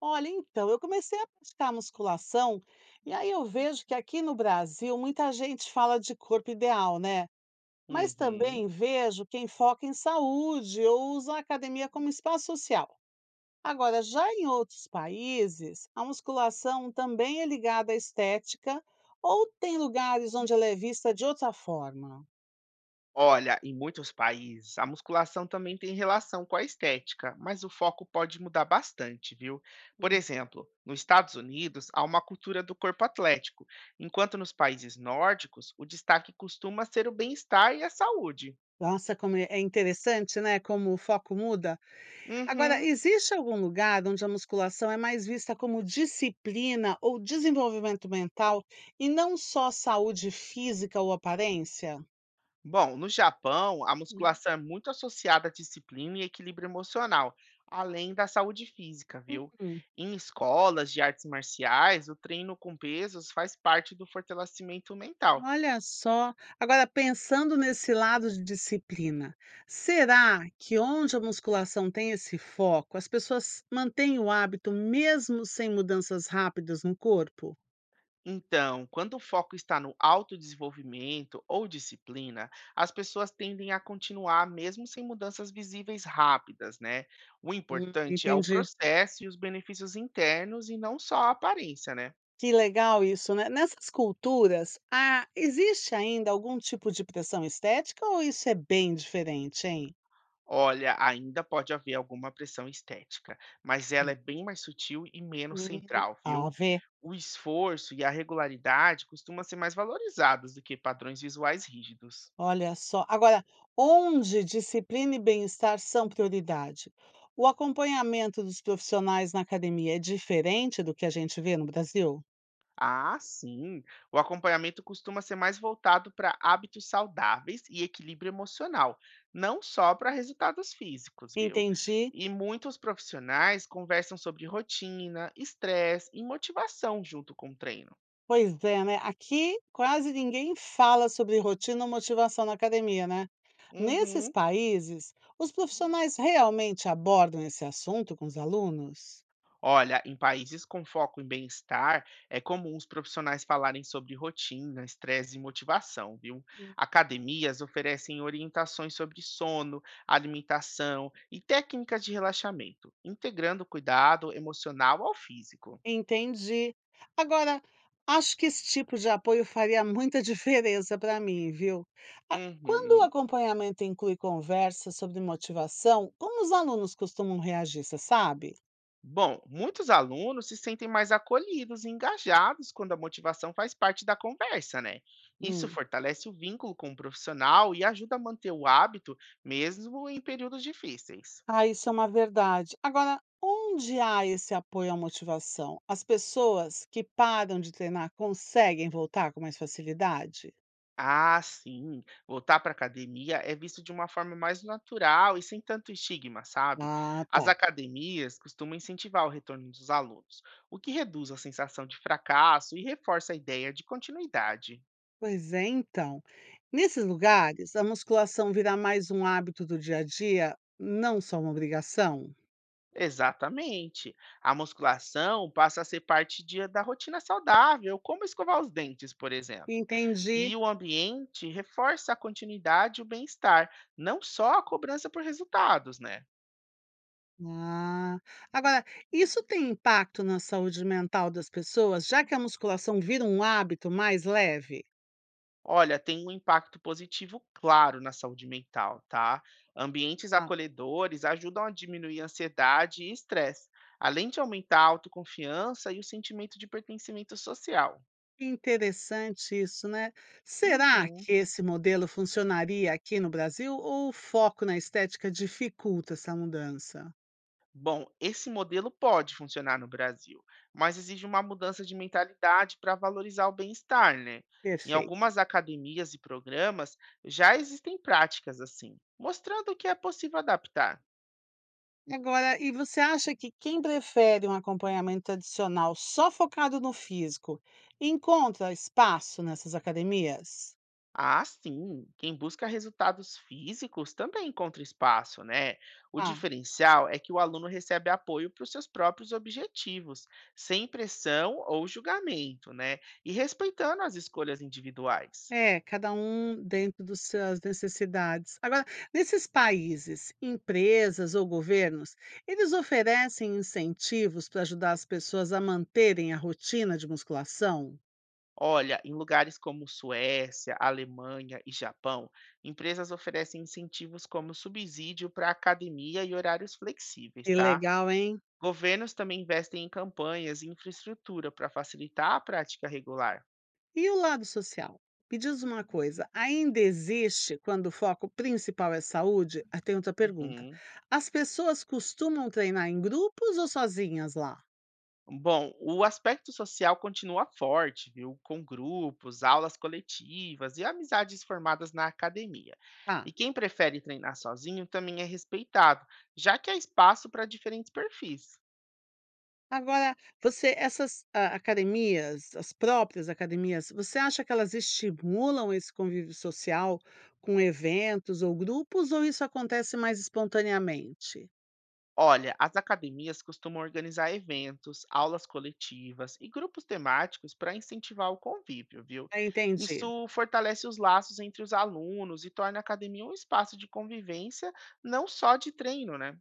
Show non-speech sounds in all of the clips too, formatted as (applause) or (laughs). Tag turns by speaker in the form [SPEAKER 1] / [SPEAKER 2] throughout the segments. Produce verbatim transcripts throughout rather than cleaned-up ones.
[SPEAKER 1] Olha, então, eu comecei a praticar musculação e aí eu vejo que aqui no Brasil muita gente fala de corpo ideal, né? Mas
[SPEAKER 2] Uhum.
[SPEAKER 1] também vejo quem foca em saúde ou usa a academia como espaço social. Agora, já em outros países, a musculação também é ligada à estética ou tem lugares onde ela é vista de outra forma.
[SPEAKER 2] Olha, em muitos países, a musculação também tem relação com a estética, mas o foco pode mudar bastante, viu? Por
[SPEAKER 1] Hum.
[SPEAKER 2] exemplo, nos Estados Unidos, há uma cultura do corpo atlético, enquanto nos países nórdicos, o destaque costuma ser o bem-estar e a saúde.
[SPEAKER 1] Nossa, como é é interessante, né? Como o foco muda. Agora,
[SPEAKER 2] Uhum.
[SPEAKER 1] existe algum lugar onde a musculação é mais vista como disciplina ou desenvolvimento mental e não só saúde física ou aparência?
[SPEAKER 2] Bom, no Japão, a musculação é muito associada à disciplina e equilíbrio emocional, além da saúde física, viu?
[SPEAKER 1] Hum,
[SPEAKER 2] Em escolas de artes marciais, o treino com pesos faz parte do fortalecimento mental.
[SPEAKER 1] olha só. Agora, pensando nesse lado de disciplina, será que onde a musculação tem esse foco, as pessoas mantêm o hábito mesmo sem mudanças rápidas no corpo?
[SPEAKER 2] Então, quando o foco está no autodesenvolvimento ou disciplina, as pessoas tendem a continuar mesmo sem mudanças visíveis rápidas, né? O
[SPEAKER 1] Hum,
[SPEAKER 2] importante é o
[SPEAKER 1] entendi.
[SPEAKER 2] processo e os benefícios internos e não só a aparência, né?
[SPEAKER 1] Que legal isso, né. Nessas culturas, ah, existe ainda algum tipo de pressão estética ou isso é bem diferente, hein?
[SPEAKER 2] Olha, ainda pode haver alguma pressão estética, mas ela é bem mais sutil e menos
[SPEAKER 1] Hum,
[SPEAKER 2] central,
[SPEAKER 1] a
[SPEAKER 2] viu?
[SPEAKER 1] ver,
[SPEAKER 2] O esforço e a regularidade costumam ser mais valorizados do que padrões visuais rígidos.
[SPEAKER 1] olha só. Agora, onde disciplina e bem-estar são prioridade, o acompanhamento dos profissionais na academia é diferente do que a gente vê no Brasil?
[SPEAKER 2] Ah, sim! O acompanhamento costuma ser mais voltado para hábitos saudáveis e equilíbrio emocional, não só para resultados físicos, viu?
[SPEAKER 1] Entendi.
[SPEAKER 2] E muitos profissionais conversam sobre rotina, estresse e motivação junto com o treino.
[SPEAKER 1] Pois é, né. Aqui quase ninguém fala sobre rotina ou motivação na academia, né. Nesses
[SPEAKER 2] Uhum.
[SPEAKER 1] países, os profissionais realmente abordam esse assunto com os alunos?
[SPEAKER 2] Olha, em países com foco em bem-estar, é comum os profissionais falarem sobre rotina, estresse e motivação, viu?
[SPEAKER 1] Hum.
[SPEAKER 2] Academias oferecem orientações sobre sono, alimentação e técnicas de relaxamento, integrando o cuidado emocional ao físico.
[SPEAKER 1] Entendi. Agora, acho que esse tipo de apoio faria muita (laughs) diferença para mim, viu. Ah, quando o
[SPEAKER 2] Uhum.
[SPEAKER 1] acompanhamento inclui conversa sobre motivação, como os alunos costumam reagir, você sabe?
[SPEAKER 2] Bom, muitos alunos se sentem mais acolhidos e engajados quando a motivação faz parte da conversa, né? Isso
[SPEAKER 1] Hum.
[SPEAKER 2] fortalece o vínculo com o profissional e ajuda a manter o hábito mesmo em períodos difíceis.
[SPEAKER 1] Ah, isso é uma verdade. Agora, onde há esse apoio à motivação? As pessoas que param de treinar conseguem voltar com mais facilidade?
[SPEAKER 2] Ah, sim. Voltar para academia é visto de uma forma mais natural e sem tanto estigma, sabe?
[SPEAKER 1] Ah,
[SPEAKER 2] As
[SPEAKER 1] tá.
[SPEAKER 2] academias costumam incentivar o retorno dos alunos, o que reduz a sensação de fracasso e reforça a ideia de continuidade.
[SPEAKER 1] Pois é, então. Nesses lugares, a musculação vira mais um hábito do dia a dia, não só uma obrigação?
[SPEAKER 2] Exatamente. A musculação passa a ser parte de- da rotina saudável, como escovar os dentes, por exemplo.
[SPEAKER 1] Entendi.
[SPEAKER 2] E o ambiente reforça a continuidade e o bem-estar, não só a cobrança por resultados, né?
[SPEAKER 1] Ah, agora, isso tem impacto na saúde mental das pessoas, já que a musculação vira um hábito mais leve?
[SPEAKER 2] Olha, tem um impacto positivo claro na saúde mental, tá? Ambientes acolhedores ajudam a diminuir a ansiedade e estresse, além de aumentar a autoconfiança e o sentimento de pertencimento social.
[SPEAKER 1] Interessante isso, né. Será
[SPEAKER 2] Uhum.
[SPEAKER 1] que esse modelo funcionaria aqui no Brasil ou o foco na estética dificulta essa mudança?
[SPEAKER 2] Bom, esse modelo pode funcionar no Brasil, mas exige uma mudança de mentalidade para valorizar o bem-estar, né? Em
[SPEAKER 1] Perfeito.
[SPEAKER 2] algumas academias e programas já existem práticas assim, mostrando que é possível adaptar.
[SPEAKER 1] Agora, e você acha que quem prefere um acompanhamento tradicional só focado no físico, encontra espaço nessas academias?
[SPEAKER 2] Ah, sim. Quem busca resultados físicos também encontra espaço, né? O
[SPEAKER 1] Tá.
[SPEAKER 2] diferencial é que o aluno recebe apoio para os seus próprios objetivos, sem pressão ou julgamento, né? E respeitando as escolhas individuais.
[SPEAKER 1] É, cada um dentro dos suas necessidades. Agora, nesses países, empresas ou governos, eles oferecem incentivos para ajudar as pessoas a manterem a rotina de musculação?
[SPEAKER 2] Olha, em lugares como Suécia, Alemanha e Japão, empresas oferecem incentivos como subsídio para academia e horários flexíveis,
[SPEAKER 1] Que
[SPEAKER 2] tá?
[SPEAKER 1] legal, hein?
[SPEAKER 2] Governos também investem em campanhas e infraestrutura para facilitar a prática regular.
[SPEAKER 1] E o lado social? Me diz uma coisa, ainda existe quando o foco principal é saúde? Ah, tem outra pergunta.
[SPEAKER 2] Uhum.
[SPEAKER 1] As pessoas costumam treinar em grupos ou sozinhas lá?
[SPEAKER 2] Bom, o aspecto social continua forte, viu? Com grupos, aulas coletivas e amizades formadas na academia.
[SPEAKER 1] Ah.
[SPEAKER 2] E quem prefere treinar sozinho também é respeitado, já que há espaço para diferentes perfis.
[SPEAKER 1] Agora, você essas a academias, as próprias academias, você acha que elas estimulam esse convívio social com eventos ou grupos, ou isso acontece mais espontaneamente?
[SPEAKER 2] Olha, as academias costumam organizar eventos, aulas coletivas e grupos temáticos para incentivar o convívio, viu?
[SPEAKER 1] Ah, entendi.
[SPEAKER 2] Isso fortalece os laços entre os alunos e torna a academia um espaço de convivência, não só de treino, né?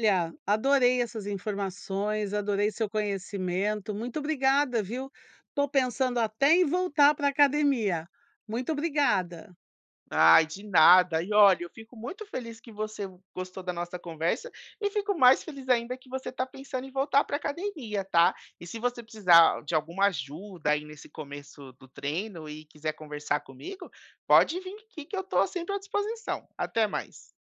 [SPEAKER 1] Olha, adorei essas informações, adorei seu conhecimento. Muito obrigada, viu. Estou pensando até em voltar para a academia. Muito obrigada.
[SPEAKER 2] Ai, de nada. E olha, eu fico muito feliz que você gostou da nossa conversa e fico mais feliz ainda que você está pensando em voltar para a academia, tá? E se você precisar de alguma ajuda aí nesse começo do treino e quiser conversar comigo, pode vir aqui que eu estou sempre à disposição. Até mais.